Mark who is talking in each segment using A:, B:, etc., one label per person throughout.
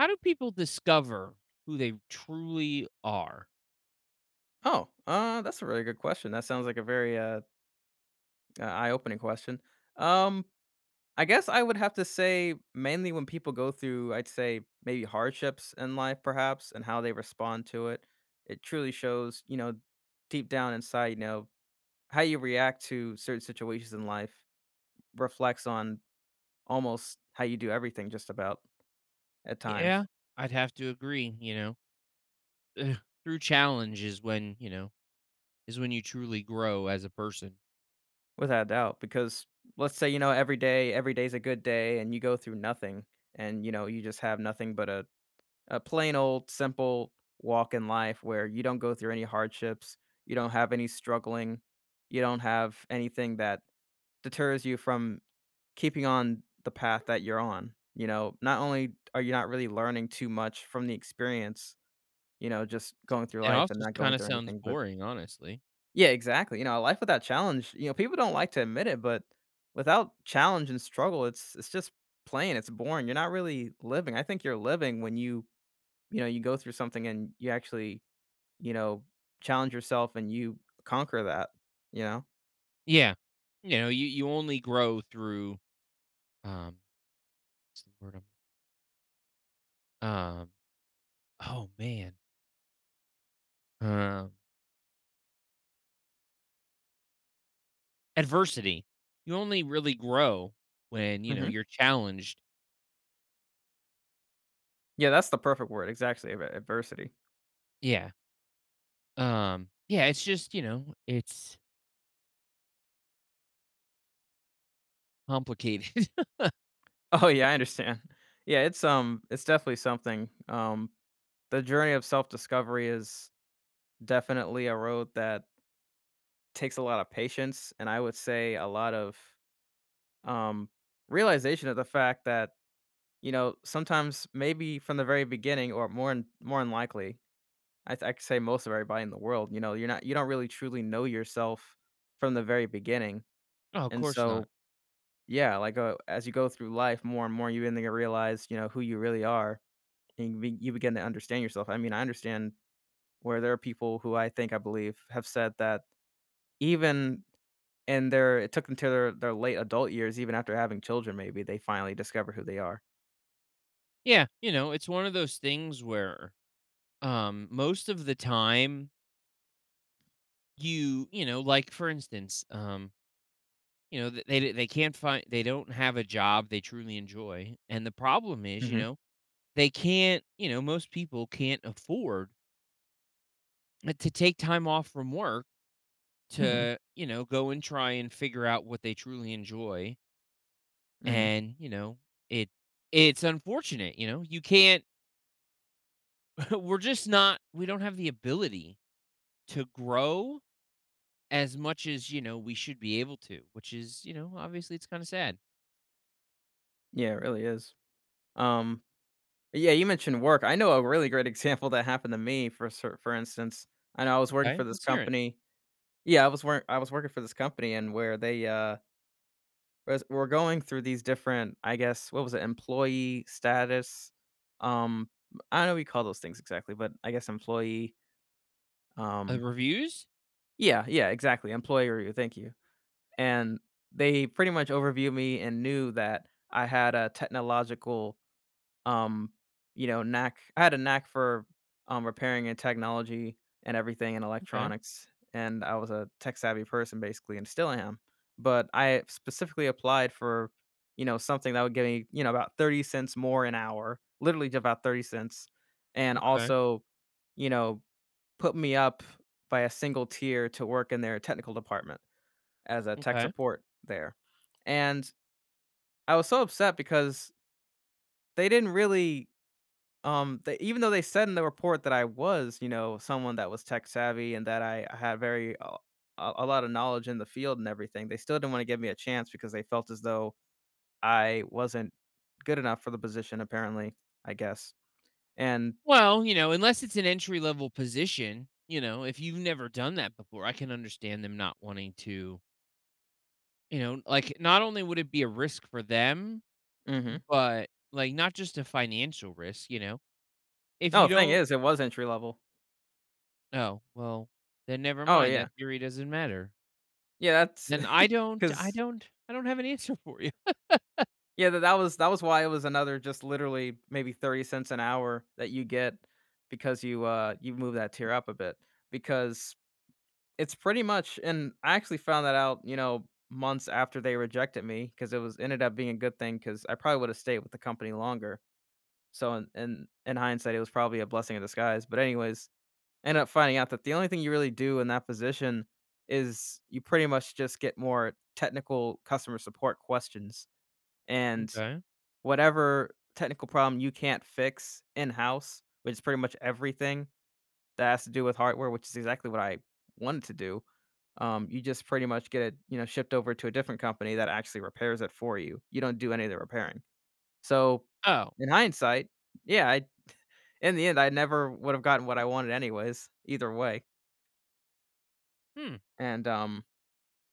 A: How do people discover who they truly are?
B: Oh, that's a really good question. That sounds like a very eye-opening question. Um, I guess I would have to say mainly when people go through, I'd say maybe hardships in life, perhaps, and how they respond to it. It truly shows, you know, deep down inside, you know, how you react to certain situations in life reflects on almost how you do everything, just about at
A: Yeah,
B: times,
A: I'd have to agree, you know. Ugh, Through challenge is when you truly grow as a person.
B: without a doubt. Because let's say you know every day, every day's a good day, and you go through nothing, and you know you just have nothing but a plain old simple walk in life where you don't go through any hardships, you don't have any struggling, you don't have anything that deters you from keeping on the path that you're on. You know, not only are you not really learning too much from the experience, you know, just going through
A: It
B: life and
A: also
B: not
A: kind
B: going
A: of
B: through
A: sounds
B: anything, but
A: boring, honestly.
B: yeah, exactly. You know, a life without challenge, you know, people don't like to admit it, but without challenge and struggle, it's just plain, it's boring. You're not really living. I think you're living when you you go through something and you actually, you know, challenge yourself and you conquer that, you know?
A: Yeah. You only grow through um what's the word I'm um oh man. Um adversity. You only really grow when, you know,
B: Mhm.
A: you're challenged.
B: Yeah, that's the perfect word, exactly, ad adversity.
A: Yeah. Yeah, it's just, you know, it's complicated.
B: Oh, yeah, I understand. Yeah, it's definitely something, the journey of self-discovery is definitely a road that takes a lot of patience, and I would say a lot of, um, realization of the fact that, you know, sometimes maybe from the very beginning or more and more unlikely. I could say most of everybody in the world, you know, you don't really truly know yourself from the very beginning,
A: No, of
B: and
A: course not.
B: so, yeah, like, as you go through life more and more, you begin to realize, you know, who you really are, and you begin to understand yourself. I mean, I understand where there are people who I think I believe have said that even in their it took them to their late adult years, even after having children, maybe they finally discover who they are.
A: Yeah, you know, it's one of those things where most of the time you, you know, like for instance, you know, th- they d- they can't find. They don't have a job they truly enjoy. And the problem is, you
B: Mhm,
A: know, they can't, you know, most people can't afford to take time off from work
B: mhm,
A: to, you know, go and try and figure out what they truly enjoy.
B: mhm.
A: And, you know, it it's unfortunate, you know. You can't we're just not we don't have the ability to grow as much as, you know, we should be able to, which is, you know, obviously it's kind of sad.
B: Yeah, it really is. Um Yeah, you mentioned work. I know a really great example that happened to me for cer for instance. I know I was working
A: Okay,
B: for this
A: let's hear it.
B: company. Yeah, I was working for this company and where they, was were going through these different, I guess, what was it, employee status, um, I don't know what you call those things exactly, but I guess employee, um
A: Reviews?
B: Yeah, yeah, exactly, employee review, thank you. And they pretty much overviewed me and knew that I had a technological um, you know, knack I had a knack for, repairing and technology and everything and
A: Okay,
B: electronics, and I was a tech-savvy person basically, and still am, but I specifically applied for, you know, something that would give me, you know, about $0.30 more an hour, literally just about $0.30, and
A: okay,
B: also, you know, put me up by a single tier to work in their technical department as a tech
A: okay.
B: support there, and I was so upset because they didn't really they even though they said in the report that I was, you know, someone that was tech savvy and that I had very a lot of knowledge in the field and everything, they still didn't want to give me a chance because they felt as though I wasn't good enough for the position. Apparently, I guess. And
A: Well, you know, unless it's an entry level position, you know, if you've never done that before, I can understand them not wanting to, you know, like not only would it be a risk for them,
B: hmm,
A: but like not just a financial risk, you know, if
B: oh,
A: you
B: thing
A: don't,
B: is, it was entry level.
A: oh, well, then never
B: Oh
A: mind. That
B: yeah,
A: theory doesn't matter.
B: yeah. That's
A: Then I don't, I
B: because
A: don't, I don't have an answer for you.
B: yeah, that was why it was another just literally maybe $0.30 an hour that you get because you you move that tier up a bit because it's pretty much and I actually found that out, you know, months after they rejected me, because it was ended up being a good thing, because I probably would've stayed with the company longer. So in hindsight, it was probably a blessing in disguise, but anyways, I ended up finding out that the only thing you really do in that position is you pretty much just get more technical customer support questions, and
A: Okay.
B: whatever technical problem you can't fix in-house, which is pretty much everything, that has to do with hardware, which is exactly what I wanted to do. You just pretty much get it, you know, shipped over to a different company that actually repairs it for you. You don't do any of the repairing. So,
A: Oh,
B: in hindsight, yeah, I in the end, I never would have gotten what I wanted anyways, either way.
A: hmm,
B: And,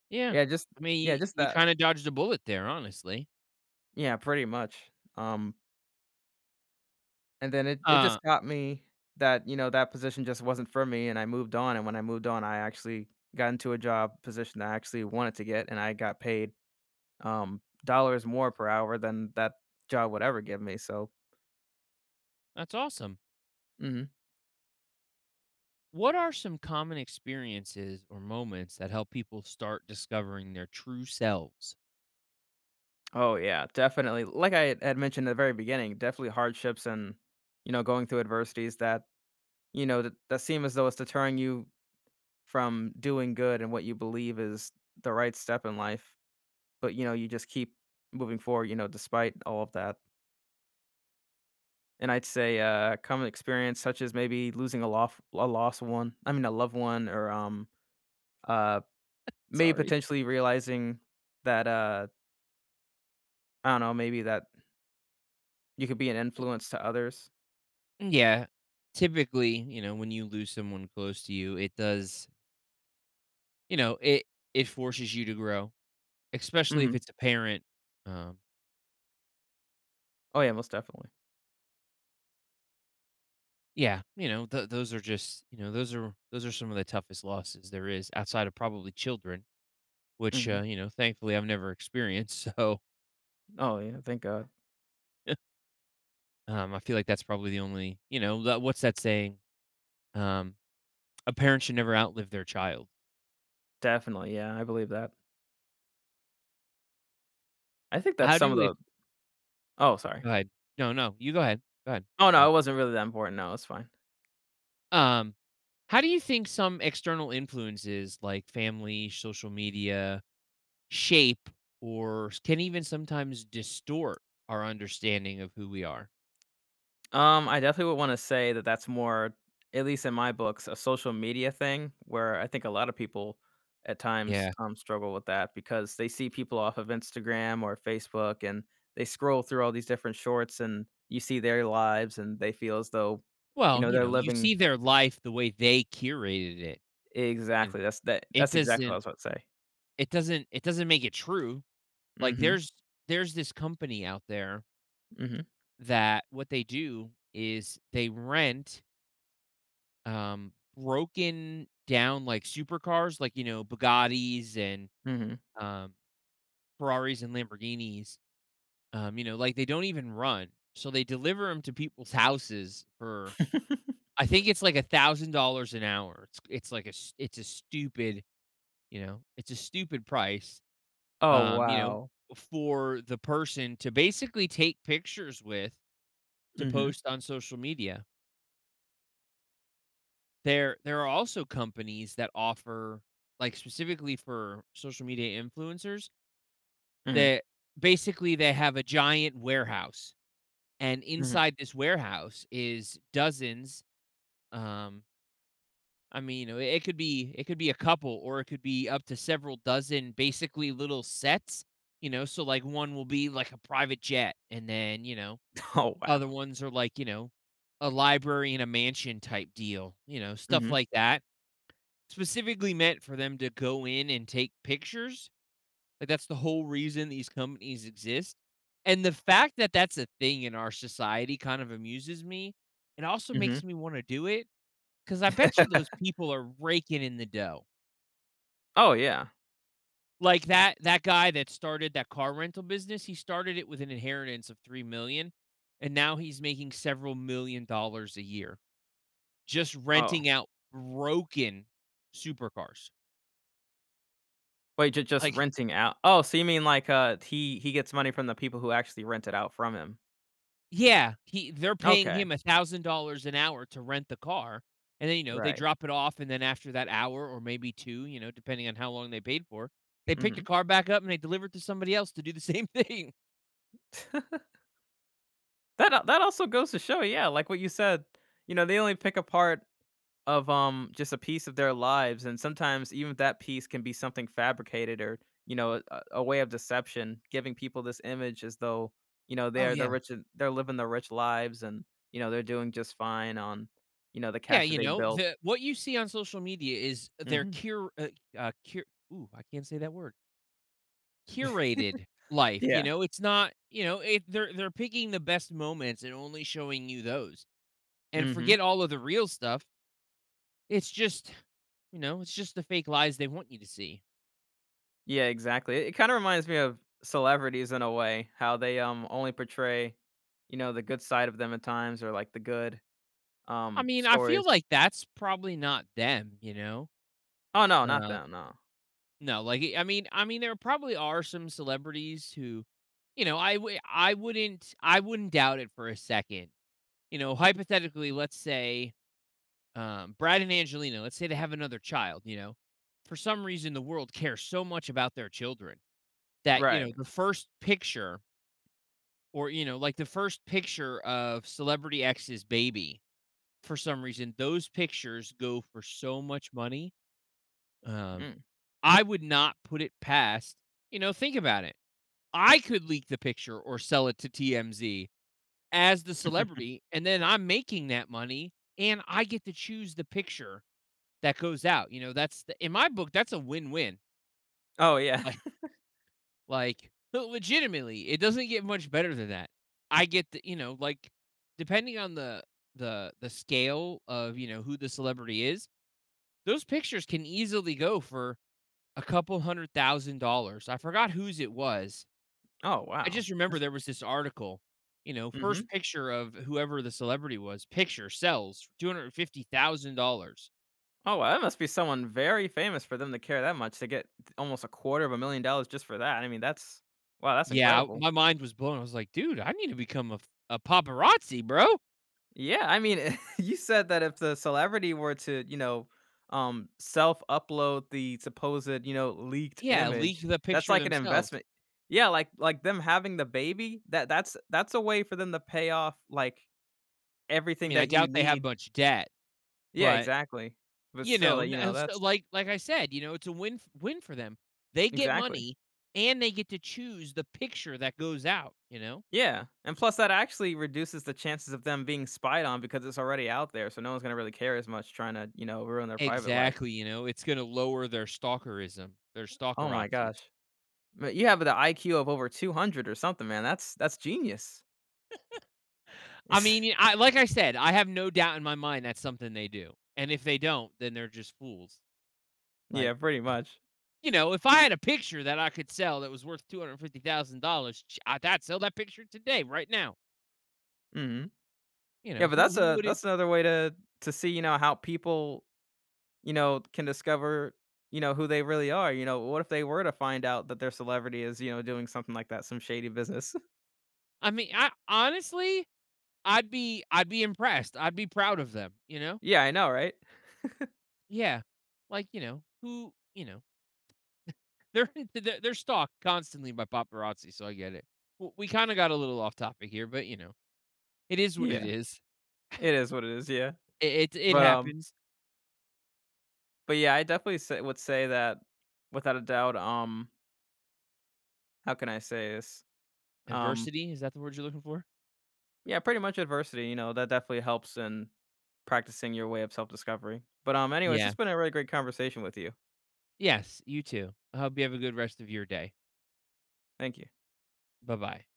A: yeah.
B: yeah, just
A: I mean,
B: yeah,
A: you
B: just
A: you
B: that.
A: kinda dodged a bullet there, honestly.
B: Yeah, pretty much. Um, and then it just
A: Uh,
B: taught me that, you know, that position just wasn't for me and I moved on, and when I moved on, I actually got into a job position that I actually wanted to get and I got paid dollars more per hour than that job would ever give me, so
A: that's awesome.
B: mhm.
A: What are some common experiences or moments that help people start discovering their true selves?
B: Oh, yeah, definitely. Like I had mentioned at the very beginning, definitely hardships and, you know, going through adversities that, you know, that seem as though it's deterring you from doing good and what you believe is the right step in life, but, you know, you just keep moving forward, you know, despite all of that. And I'd say, common experience such as maybe losing a lost one I mean, a loved one or, uh, maybe
A: Sorry.
B: potentially realizing that, I don't know, maybe that you could be an influence to others.
A: Yeah. Typically, you know, when you lose someone close to you, it does you know, it forces you to grow, especially if
B: Mhm.
A: it's a parent. Um,
B: Oh, yeah, most definitely.
A: yeah, you know, th those are just you know, those are some of the toughest losses there is outside of probably children, which,
B: Mhm.
A: you know, thankfully I've never experienced. So,
B: Oh, yeah, thank god.
A: I feel like that's probably the only, you know, that what's that saying? Um, a parent should never outlive their child.
B: Definitely, yeah, I believe that. I think that's
A: How
B: some of
A: do it?
B: the Oh, sorry.
A: Go ahead. No, no, you go ahead. Go ahead.
B: Oh,
A: Go
B: no,
A: ahead.
B: it wasn't really that important, no, it's fine.
A: Um, how do you think some external influences like family, social media shape or can even sometimes distort our understanding of who we are?
B: I definitely would wanna say that that's more, at least in my books, a social media thing where I think a lot of people at times,
A: Yeah.
B: struggle with that because they see people off of Instagram or Facebook, and they scroll through all these different shorts, and you see their lives, and they feel as though, you
A: Well,
B: know,
A: you
B: they're
A: know, you
B: living.
A: see their life the way they curated it, and
B: Exactly,
A: it
B: that's exactly what I
A: doesn't
B: was about to say.
A: It doesn't make it true. Like,
B: Mhm,
A: there's this company out there
B: mhm,
A: that what they do is they rent, um, broken down, like, supercars, like, you know, Bugattis and,
B: mhm.
A: um, Ferraris and Lamborghinis, you know, like, they don't even run. So they deliver them to people's houses for I think it's like $1,000 an hour. It's like a s it's a stupid, you know, it's a stupid price.
B: Oh,
A: You know,
B: wow.
A: for the person to basically take pictures with to
B: Mhm,
A: post on social media. There are also companies that offer like specifically for social media influencers
B: mhm,
A: that basically they have a giant warehouse and
B: mhm.
A: inside this warehouse is dozens um I mean, you know, it could be a couple or it could be up to several dozen basically little sets, you know, so like one will be like a private jet and then, you know,
B: Oh,
A: other
B: wow.
A: ones are like, you know, a library in a mansion type deal, you know, stuff
B: Mhm,
A: like that. Specifically meant for them to go in and take pictures. Like that's the whole reason these companies exist. And the fact that that's a thing in our society kind of amuses me. It also
B: mhm.
A: makes me want to do it because I bet you those people are raking in the dough.
B: Oh, yeah.
A: Like that guy that started that car rental business, he started it with an inheritance of 3 million, and now he's making several million dollars a year, just
B: Oh,
A: renting out broken supercars.
B: wait, just
A: Like,
B: renting out oh, so you mean like, he gets money from the people who actually rent it out from him.
A: yeah, he they're paying
B: Okay,
A: him $1,000 an hour to rent the car, and then, you know, they
B: right.
A: drop it off, and then after that hour or maybe 2, you know, depending on how long they paid for, they pick the
B: Mhm.
A: car back up and they deliver it to somebody else to do the same thing.
B: That al that also goes to show, yeah, like what you said, you know, they only pick apart of just a piece of their lives and sometimes even that piece can be something fabricated or you know a way of deception giving people this image as though you know
A: Oh,
B: they're
A: yeah.
B: rich and they're living their rich lives and you know they're doing just fine on you know the
A: Yeah,
B: cash that
A: you
B: they
A: know,
B: built.
A: the what you see on social media is their
B: Hmm.
A: cure cure ooh, I can't say that word. Curated life, you
B: Yeah.
A: know? It's not you know, it they're picking the best moments and only showing you those, and
B: Hmm.
A: forget all of the real stuff. It's just, you know, it's just the fake lies they want you to see.
B: Yeah, exactly. It kind of reminds me of celebrities in a way how they only portray you know the good side of them at times or like the good
A: I mean, I feel
B: stories.
A: like that's probably not them, you know.
B: Oh no, not
A: Uh,
B: them, no.
A: no, I mean, there probably are some celebrities who, you know, I wouldn't doubt it for a second. You know, hypothetically, let's say Brad and Angelina, let's say they have another child. You know, for some reason, the world cares so much about their children that you
B: Right.
A: know the first picture or, you know, like the first picture of Celebrity X's baby, for some reason, those pictures go for so much money. Um,
B: Mm.
A: I would not put it past, you know, think about it. I could leak the picture or sell it to TMZ as the celebrity, and then I'm making that money and I get to choose the picture that goes out. You know, that's the, in my book, that's a win win.
B: Oh, yeah.
A: Like, le legitimately, it doesn't get much better than that. I get the you know, like, depending on the scale of, you know, who the celebrity is, those pictures can easily go for a couple $100,000. I forgot whose it was.
B: Oh,
A: I
B: wow.
A: just remember
B: That's
A: there was this article, you know,
B: Mhm.
A: first picture of whoever the celebrity was, picture sells for $250,000.
B: Oh, wow, that must be someone very famous for them to care that much to get t almost a quarter of a million dollars just for that. I mean, that's wow, that's
A: Yeah,
B: incredible.
A: my mind was blown. I was like, "Dude, I need to become a paparazzi, bro."
B: Yeah, I mean, you said that if the celebrity were to, you know, self-upload the supposed, you know, leaked
A: Yeah, leak
B: image,
A: the
B: that's
A: picture
B: like an
A: themselves.
B: investment. Yeah, like them having the baby, that that's a way for them to pay off, like,
A: I
B: everything
A: mean, I
B: that you
A: doubt they have
B: need.
A: much debt,
B: Yeah,
A: but,
B: exactly. But
A: you
B: still,
A: know,
B: like,
A: n
B: you know,
A: so
B: that's
A: like I said, you know, it's a win for them. They get
B: exactly.
A: money, and they get to choose the picture that goes out, you know?
B: Yeah, and plus that actually reduces the chances of them being spied on because it's already out there, so no one's gonna really care as much trying to, you know, ruin their private life.
A: Exactly, you know, it's gonna lower their stalkerism, their
B: Oh my
A: stalkerazis.
B: gosh. But you have the IQ of over 200 or something, man. That's genius.
A: I mean, y I like I said, I have no doubt in my mind that's something they do, and if they don't, then they're just fools.
B: Yeah,
A: Like,
B: pretty much.
A: you know, if I had a picture that I could sell that was worth $250,000, I'd sell that picture today, right now.
B: Mhm.
A: You
B: Yeah,
A: know,
B: but
A: who would
B: that's another way to see, you know, how people, you know, can discover, you know, who they really are. You know, what if they were to find out that their celebrity is, you know, doing something like that, some shady business?
A: I mean, I honestly, I'd be impressed. I'd be proud of them, you know?
B: Yeah, I know, right?
A: Yeah. Like, you know, who, you know, they're they're stalked constantly by paparazzi, so I get it. We kind of got a little off topic here, but you know, it is what it
B: Yeah,
A: is.
B: it is what it is, yeah.
A: It
B: But,
A: happens.
B: but yeah, I definitely say would say that without a doubt, how can I say this? Um,
A: Adversity, is that the word you're looking for?
B: yeah, pretty much adversity, you know, that definitely helps in practicing your way of self-discovery. But anyways,
A: Yeah.
B: it's been a really great conversation with you.
A: Yes, you too. I hope you have a good rest of your day.
B: Thank you.
A: Bye-bye.